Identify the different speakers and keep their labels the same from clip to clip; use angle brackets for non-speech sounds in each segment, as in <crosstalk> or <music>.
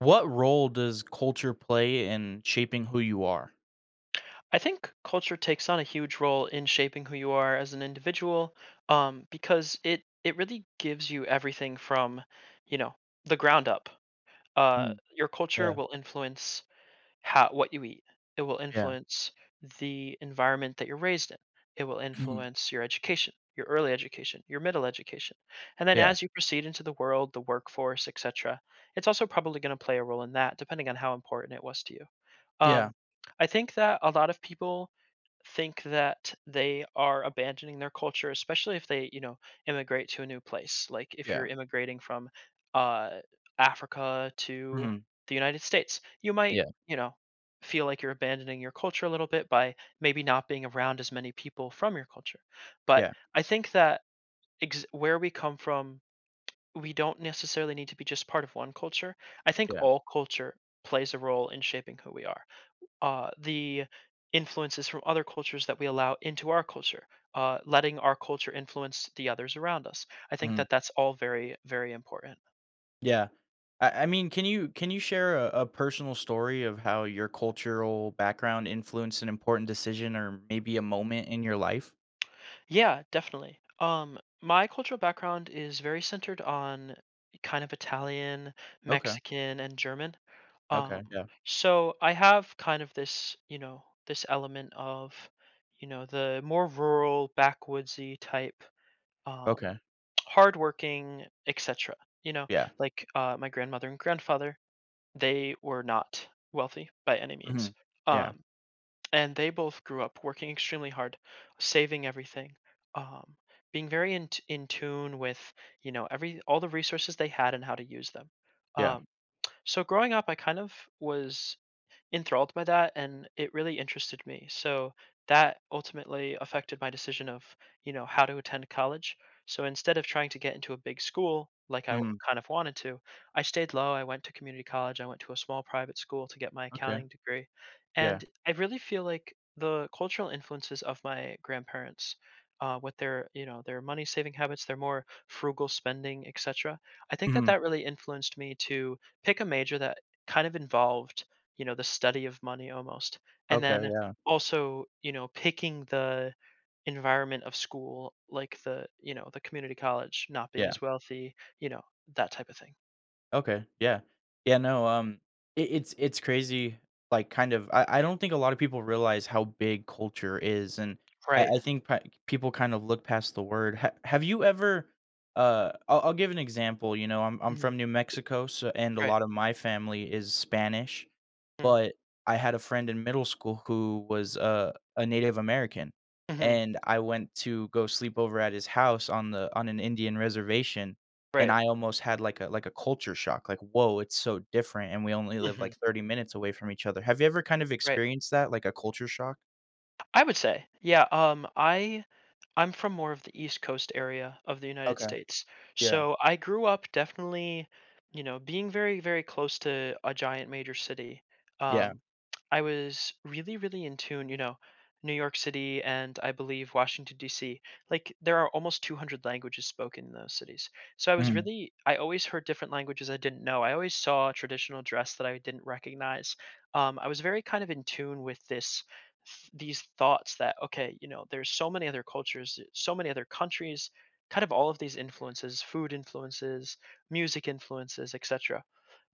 Speaker 1: What role does culture play in shaping who you are?
Speaker 2: I think culture takes on a huge role in shaping who you are as an individual, because it really gives you everything from, you know, the ground up. Uh,
Speaker 1: Mm,
Speaker 2: your culture
Speaker 1: yeah,
Speaker 2: will influence how what you eat. It will
Speaker 1: yeah.
Speaker 2: influence the environment that you're raised in. It will
Speaker 1: Mhm,
Speaker 2: influence your education, your early education, your middle education, and then
Speaker 1: yeah,
Speaker 2: as you proceed into the world, the workforce, etc. It's also probably going to play a role in that, depending on how important it was to you.
Speaker 1: yeah,
Speaker 2: Um, I think that a lot of people think that they are abandoning their culture, especially if they, immigrate to a new place. Like if you're
Speaker 1: yeah,
Speaker 2: immigrating from uh, Africa to
Speaker 1: mhm,
Speaker 2: the United States, you might,
Speaker 1: yeah,
Speaker 2: you know, feel like you're abandoning your culture a little bit by maybe not being around as many people from your culture. But
Speaker 1: yeah,
Speaker 2: I think that where we come from, we don't necessarily need to be just part of one culture. I think
Speaker 1: yeah,
Speaker 2: all culture plays a role in shaping who we are. The influences from other cultures that we allow into our culture, letting our culture influence the others around us. I think
Speaker 1: mhm,
Speaker 2: that that's all very, very important.
Speaker 1: yeah. I mean, can you share a personal story of how your cultural background influenced an important decision or maybe a moment in your life?
Speaker 2: Yeah, definitely. My cultural background is very centered on kind of Italian,
Speaker 1: Okay,
Speaker 2: Mexican, and German.
Speaker 1: okay,
Speaker 2: Um,
Speaker 1: yeah,
Speaker 2: so I have kind of this, this element of, the more rural, backwoodsy type, um,
Speaker 1: okay,
Speaker 2: hardworking, etc. You know,
Speaker 1: yeah,
Speaker 2: like my grandmother and grandfather, they were not wealthy by any means,
Speaker 1: mhm, yeah,
Speaker 2: um, and they both grew up working extremely hard, saving everything, um, being very in tune with every all the resources they had and how to use them.
Speaker 1: yeah,
Speaker 2: Um, so growing up, I kind of was enthralled by that, and it really interested me. So that ultimately affected my decision of, how to attend college. So instead of trying to get into a big school like
Speaker 1: mhm,
Speaker 2: kind of wanted to, I stayed low. I went to community college. I went to a small private school to get my
Speaker 1: okay,
Speaker 2: accounting degree.
Speaker 1: yeah,
Speaker 2: And I really feel like the cultural influences of my grandparents, with their you know their money saving habits, their more frugal spending, etc., I think that
Speaker 1: mhm,
Speaker 2: that really influenced me to pick a major that kind of involved, the study of money almost. And
Speaker 1: okay,
Speaker 2: then
Speaker 1: yeah,
Speaker 2: also, picking the environment of school, like the community college not being
Speaker 1: yeah.
Speaker 2: as wealthy, you know, that type of thing.
Speaker 1: Okay. Yeah. Yeah, no, it's crazy, like, kind of I don't think a lot of people realize how big culture is, and I
Speaker 2: Right.
Speaker 1: I think pa people kind of look past the word. Ha have you ever I'll give an example, you know, I'm from
Speaker 2: Mhm.
Speaker 1: New Mexico, so and a
Speaker 2: Right.
Speaker 1: lot of my family is Spanish,
Speaker 2: Mm.
Speaker 1: but I had a friend in middle school who was a Native American,
Speaker 2: Mhm.
Speaker 1: and I went to go sleep over at his house on the on an Indian reservation, and
Speaker 2: Right.
Speaker 1: I almost had like a culture shock, like, "Whoa, it's so different, and we only live
Speaker 2: Mhm.
Speaker 1: like 30 minutes away from each other." Have you ever kind of
Speaker 2: Right.
Speaker 1: experienced that, like a culture shock?
Speaker 2: I would say, yeah, I'm from more of the East Coast area of the United
Speaker 1: Okay,
Speaker 2: States.
Speaker 1: yeah,
Speaker 2: So I grew up definitely, being very, very close to a giant major city.
Speaker 1: yeah,
Speaker 2: Um, I was really, really in tune, New York City, and I believe Washington, D.C. Like there are almost 200 languages spoken in those cities. So
Speaker 1: mhm,
Speaker 2: I always heard different languages I didn't know. I always saw traditional dress that I didn't recognize. I was very kind of in tune with these thoughts that, okay, there's so many other cultures, so many other countries, kind of all of these influences, food influences, music influences, etc.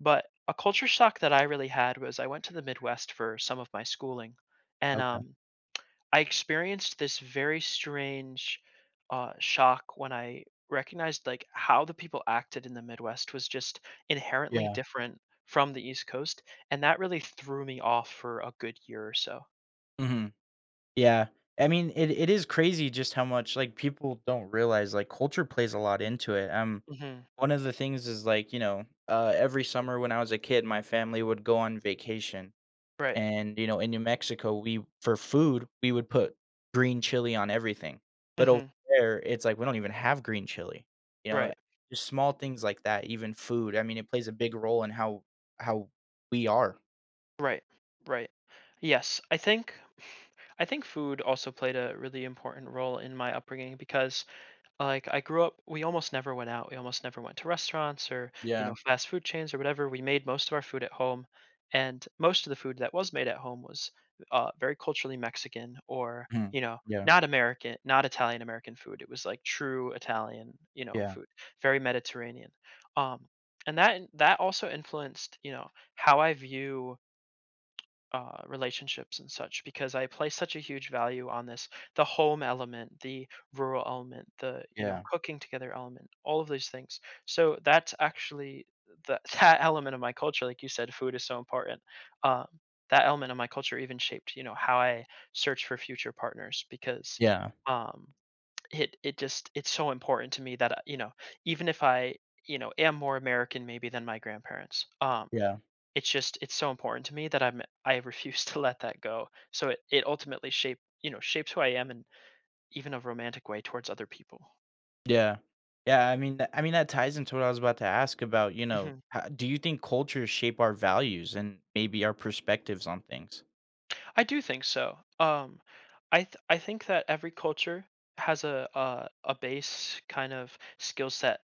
Speaker 2: But a culture shock that I really had was I went to the Midwest for some of my schooling. And
Speaker 1: okay,
Speaker 2: I experienced this very strange shock when I recognized, like, how the people acted in the Midwest was just inherently
Speaker 1: yeah.
Speaker 2: different from the East Coast, and that really threw me off for a good year or so.
Speaker 1: Mhm. Yeah. I mean, it is crazy just how much, like, people don't realize, like, culture plays a lot into it, one of the things is, like, every summer when I was a kid, my family would go on vacation,
Speaker 2: Right.
Speaker 1: and, you know, in New Mexico, we for food, we would put green chili on everything, but over
Speaker 2: Mhm.
Speaker 1: there, it's like, we don't even have green chili, you know?
Speaker 2: Right.
Speaker 1: Just small things like that, even food, I mean, it plays a big role in how we are.
Speaker 2: Right. Right. Yes, I think food also played a really important role in my upbringing. Because Like, I grew up we almost never went out, we almost never went to restaurants or,
Speaker 1: Yeah.
Speaker 2: fast food chains or whatever. We made most of our food at home, and most of the food that was made at home was, very culturally Mexican or,
Speaker 1: Mhm. Yeah.
Speaker 2: not American, not Italian American food. It was, like, true Italian,
Speaker 1: Yeah.
Speaker 2: food, very Mediterranean, um, and that that also influenced, how I view relationships and such, because I place such a huge value on this the home element, the rural element, the
Speaker 1: Yeah.
Speaker 2: cooking together element, all of these things. So that's actually <laughs> that element of my culture, like you said, food is so important. Um, that element of my culture even shaped, how I search for future partners, because
Speaker 1: Yeah.
Speaker 2: um, it's so important to me that, even if I am more American maybe than my grandparents.
Speaker 1: Yeah.
Speaker 2: It's just it's so important to me that, I refuse <laughs> to let that go. So it ultimately shapes who I am in even a romantic way towards other people.
Speaker 1: Yeah. Yeah, I mean, I mean that ties into what I was about to ask about,
Speaker 2: Mhm.
Speaker 1: ho do you think cultures shape our values and maybe our perspectives on things?
Speaker 2: I do think so. I think that every culture has a base kind of skill set,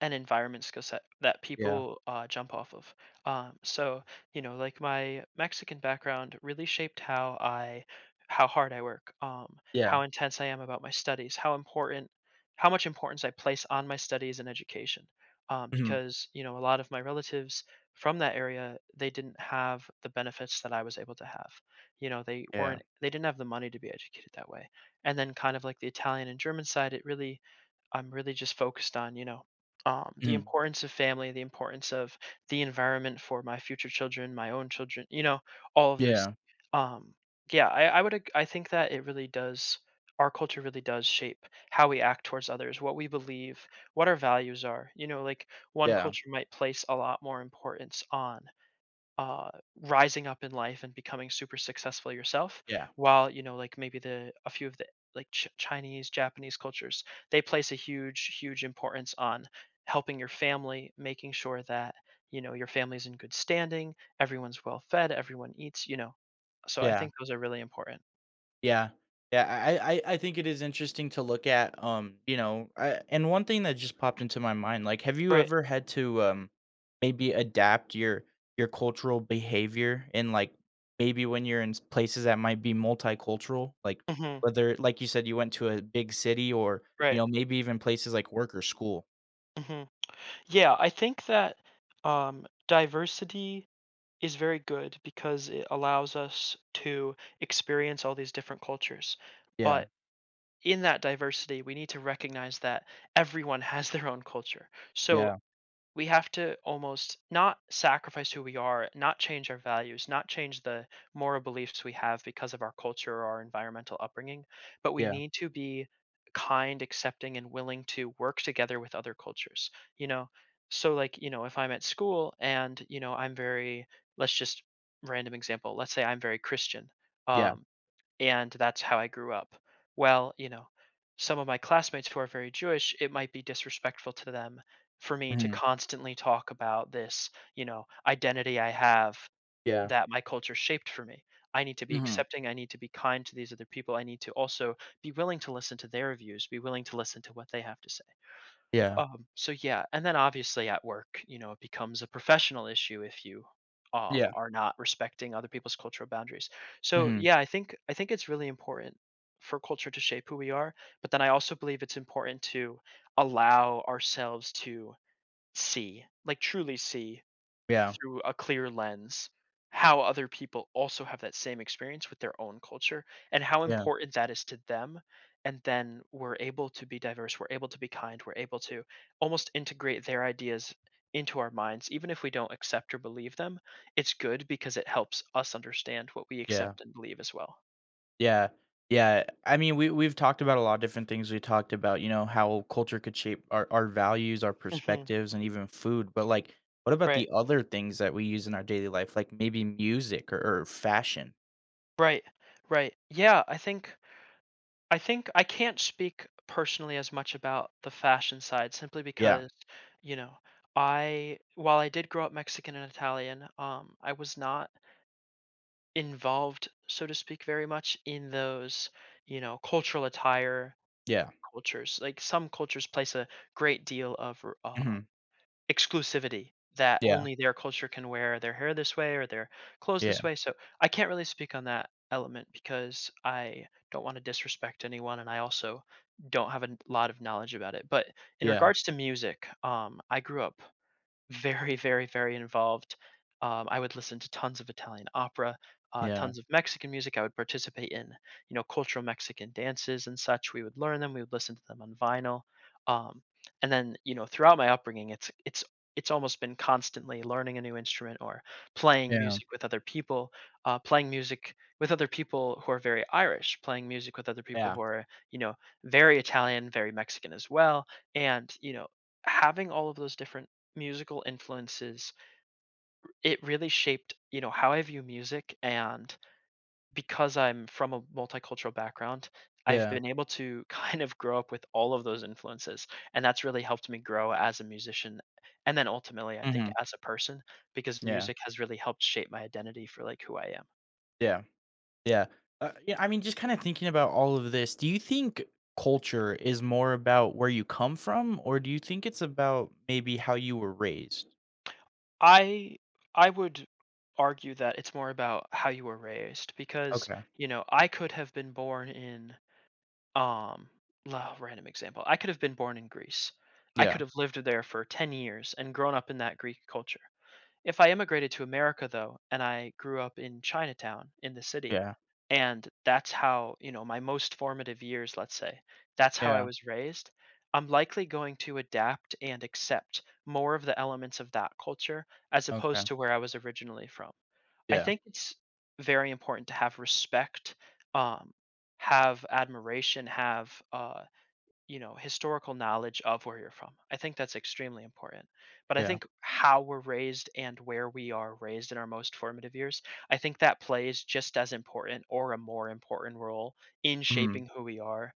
Speaker 2: an environment skill set, that
Speaker 1: Yeah,
Speaker 2: people jump off of. So, like my Mexican background really shaped how hard I work,
Speaker 1: yeah,
Speaker 2: how intense I am about my studies, how much importance I place on my studies and education,
Speaker 1: mhm,
Speaker 2: because a lot of my relatives from that area, they didn't have the benefits that I was able to have. You know, they
Speaker 1: yeah,
Speaker 2: weren't, they didn't have the money to be educated that way. And then kind of like the Italian and German side, it really I'm really just focused on, the
Speaker 1: mhm,
Speaker 2: importance of family, the importance of the environment for my future children, my own children, all of this.
Speaker 1: yeah,
Speaker 2: Um, yeah, I think that it really does. Our culture really does shape how we act towards others, what we believe, what our values are. Like one
Speaker 1: yeah,
Speaker 2: culture might place a lot more importance on uh, rising up in life and becoming super successful yourself,
Speaker 1: yeah,
Speaker 2: while like maybe the a few of the, like, Chinese Japanese cultures, they place a huge, huge importance on helping your family, making sure that, your family's in good standing, everyone's well fed, everyone eats, so I
Speaker 1: yeah.
Speaker 2: think those are really important.
Speaker 1: Yeah. Yeah, I think it is interesting to look at, and one thing that just popped into my mind, like, have you
Speaker 2: Right.
Speaker 1: ever had to maybe adapt your cultural behavior in like maybe when you're in places that might be multicultural, like
Speaker 2: Hmm.
Speaker 1: whether like you said you went to a big city or
Speaker 2: Right.
Speaker 1: maybe even places like work or school.
Speaker 2: Hmm. Yeah, I think that diversity is very good because it allows us to experience all these different cultures.
Speaker 1: Yeah,
Speaker 2: But in that diversity, we need to recognize that everyone <laughs> has their own culture. So
Speaker 1: yeah,
Speaker 2: we have to almost not sacrifice who we are, not change our values, not change the moral beliefs we have because of our culture or our environmental upbringing, but we
Speaker 1: yeah,
Speaker 2: need to be kind, accepting, and willing to work together with other cultures. You know, so, like, if I'm at school and, let's just random example, let's say I'm very Christian.
Speaker 1: yeah,
Speaker 2: Um, and that's how I grew up. Well, some of my classmates who are very Jewish, it might be disrespectful to them for me to
Speaker 1: hmm
Speaker 2: constantly talk about this, identity I have
Speaker 1: yeah,
Speaker 2: that my culture shaped for me. I need to be
Speaker 1: hmm
Speaker 2: accepting. I need to be kind to these other people. I need to also be willing to listen to their views, be willing to listen to what they have to say.
Speaker 1: yeah,
Speaker 2: So yeah, and then obviously at work, it becomes a professional issue if you,
Speaker 1: yeah,
Speaker 2: are not respecting other people's cultural boundaries. So
Speaker 1: hmm
Speaker 2: yeah, I think it's really important for culture to shape who we are, but then I also believe it's important to allow ourselves to see, like, truly see
Speaker 1: yeah,
Speaker 2: through a clear lens how other people also have that same experience with their own culture, and how
Speaker 1: yeah,
Speaker 2: important that is to them, and then we're able to be diverse, we're able to be kind, we're able to almost integrate their ideas into our minds, even if we don't accept or believe them. It's good because it helps us understand what we
Speaker 1: yeah.
Speaker 2: accept and believe as well.
Speaker 1: Yeah. Yeah. I mean, we've talked about a lot of different things. We talked about, how culture could shape our values, our
Speaker 2: Hmm.
Speaker 1: perspectives, and even food. But like, what about
Speaker 2: Right.
Speaker 1: the other things that we use in our daily life, like maybe music or fashion?
Speaker 2: Right. Right. Yeah, I think I can't speak personally as much about the fashion side, simply
Speaker 1: Yeah.
Speaker 2: because, you know, I while I did grow up Mexican and Italian, I was not involved, so to speak, very much in those, cultural attire
Speaker 1: Yeah.
Speaker 2: cultures. Like some cultures place a great deal of
Speaker 1: hmm
Speaker 2: exclusivity, that
Speaker 1: Yeah.
Speaker 2: only their culture can wear their hair this way or their clothes
Speaker 1: Yeah.
Speaker 2: this way, so I can't really speak on that element because I don't wanna disrespect anyone, and I also don't have a lot of knowledge about it, but in
Speaker 1: Yeah.
Speaker 2: regards to music, I grew up very, very, very involved. I would listen to tons of Italian opera,
Speaker 1: Yeah.
Speaker 2: tons of Mexican music. I would participate in, you know, cultural Mexican dances and such. We would learn them. We would listen to them on vinyl. Um, and then, throughout my upbringing, it's almost been constantly learning a new instrument or playing
Speaker 1: Yeah.
Speaker 2: music with other people, playing music with other people who are very Irish, playing music with other people
Speaker 1: Yeah.
Speaker 2: who are, you know, very Italian, very Mexican as well. And, you know, having all of those different musical influences, it really shaped, you know, how I view music. And because I'm from a multicultural background, I've
Speaker 1: Yeah.
Speaker 2: been able to <laughs> kind of grow up with all of those influences, and that's really helped me grow as a musician and then ultimately, I think,
Speaker 1: hmm
Speaker 2: as a person, because
Speaker 1: Yeah.
Speaker 2: music has really helped shape my identity for like who I am.
Speaker 1: Yeah. Yeah. Yeah. I mean, just kind of thinking about all of this, do you think culture is more about where you come from, or do you think it's about maybe how you were raised?
Speaker 2: I i would argue that it's more about how you were raised because,
Speaker 1: Okay.
Speaker 2: you know, I could have been born in Um, la random example. I could have been born in Greece. I
Speaker 1: Yeah,
Speaker 2: could have lived there for 10 years and grown up in that Greek culture. If I immigrated to America though, and I grew up in Chinatown in the city,
Speaker 1: yeah,
Speaker 2: and that's how, you know, my most formative years, let's say, that's how I
Speaker 1: yeah,
Speaker 2: was raised, I'm likely going to adapt and accept more of the elements of that culture as opposed
Speaker 1: okay,
Speaker 2: to where I was originally from. I
Speaker 1: yeah,
Speaker 2: think it's very important to have respect, um, have admiration, have, you know, historical knowledge of where you're from. I think that's extremely important. But I
Speaker 1: yeah,
Speaker 2: think how we're raised and where we are raised in our most formative years, I think that plays just as important or a more important role in
Speaker 1: mhm,
Speaker 2: shaping who we are,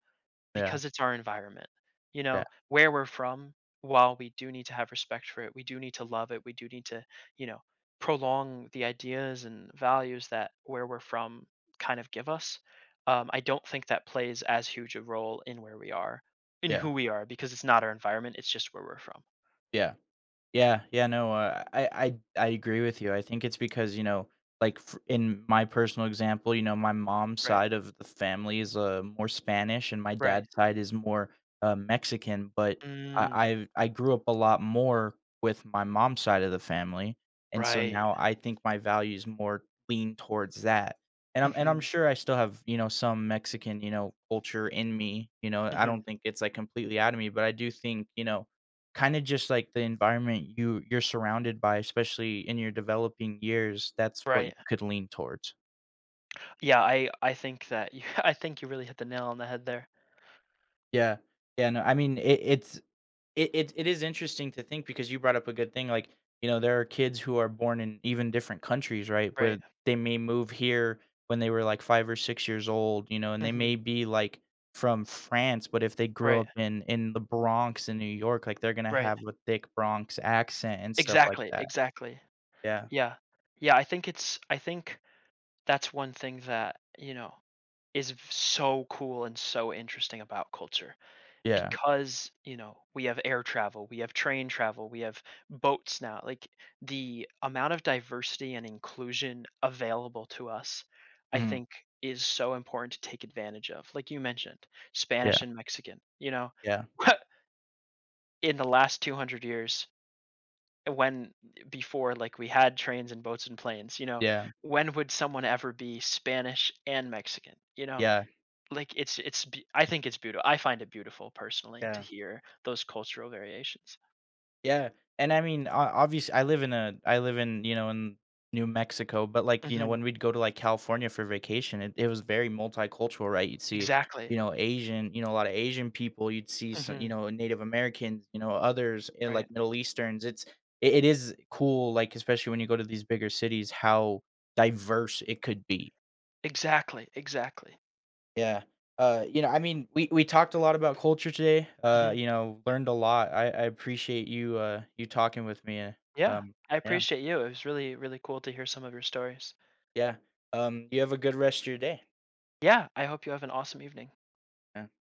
Speaker 1: yeah,
Speaker 2: because it's our environment, you
Speaker 1: yeah,
Speaker 2: know, where we're from, while we do need to have respect for it, we do need to love it, we do need to, you know, prolong the ideas and values that where we're from kind of give us. I don't think that plays as huge a role in where we are, in
Speaker 1: yeah,
Speaker 2: who we are, because it's not our environment, it's just where we're from.
Speaker 1: yeah. Yeah, yeah, no, I agree with you. I think it's because, like f in my personal example, my mom's
Speaker 2: Right,
Speaker 1: side of the family is, more Spanish and my
Speaker 2: right.
Speaker 1: dad's side is more, Mexican, but
Speaker 2: Mm,
Speaker 1: I grew up a lot more with my mom's side of the family, and so
Speaker 2: right.
Speaker 1: now I think my values more lean towards that, and I'm
Speaker 2: Mhm,
Speaker 1: sure I still have, some Mexican, culture in me, I
Speaker 2: mhm,
Speaker 1: don't think it's, like, completely out of me, but I do think, kinda just like the environment you're surrounded by, especially in your developing years, that's what you
Speaker 2: right.
Speaker 1: could lean towards.
Speaker 2: Yeah, I think that you <laughs> I think you really hit the nail on the head there.
Speaker 1: Yeah. Yeah, no, I mean, it it's it it it is interesting to think because you brought up a good thing, like, there are kids who are born in even different countries, right?
Speaker 2: Right.
Speaker 1: But they may move here when they were, like, 5 or 6 years old, and they
Speaker 2: Mhm,
Speaker 1: may be, like, from France, but if they grew
Speaker 2: right,
Speaker 1: up in the Bronx in New York, like, they're gonna
Speaker 2: right.
Speaker 1: have a thick Bronx accent and stuff like
Speaker 2: Exactly,
Speaker 1: that.
Speaker 2: exactly.
Speaker 1: Yeah.
Speaker 2: Yeah. Yeah, I think it's, I think that's one thing that, you know, is v so cool and so interesting about culture
Speaker 1: Yeah.
Speaker 2: because, you know, we have air travel, we have train travel, we have boats now, like, the amount of diversity and inclusion available to us, I
Speaker 1: Mhm.
Speaker 2: think, is so important to take advantage of. Like you mentioned, Spanish
Speaker 1: Yeah.
Speaker 2: and Mexican, you know?
Speaker 1: Yeah.
Speaker 2: <laughs> In the last 200 years, when before like we had trains and boats and planes, you know,
Speaker 1: Yeah,
Speaker 2: when would someone ever be Spanish and Mexican? You know,
Speaker 1: yeah,
Speaker 2: like I think it's beautiful. I find it beautiful personally to
Speaker 1: yeah,
Speaker 2: hear those cultural variations.
Speaker 1: yeah, and I mean, obviously, I live in, in New Mexico, but, like,
Speaker 2: Hmm,
Speaker 1: when we'd go to, like, California for vacation, it was very multicultural, right? You'd see,
Speaker 2: exactly.
Speaker 1: a lot of Asian people, you'd see so
Speaker 2: Hmm,
Speaker 1: Native Americans, others, and,
Speaker 2: right.
Speaker 1: like, Middle Easterns, it is cool, like, especially when you go to these bigger cities, how diverse it could be.
Speaker 2: Exactly, exactly.
Speaker 1: Yeah. I mean, we talked a lot about culture today. Uh,
Speaker 2: Hmm,
Speaker 1: you know, learned a lot. I appreciate you talking with me.
Speaker 2: yeah,
Speaker 1: Um,
Speaker 2: I
Speaker 1: yeah,
Speaker 2: appreciate you. It was really, really cool to hear some of your stories.
Speaker 1: yeah. You have a good rest of your day.
Speaker 2: Yeah, I hope you have an awesome evening.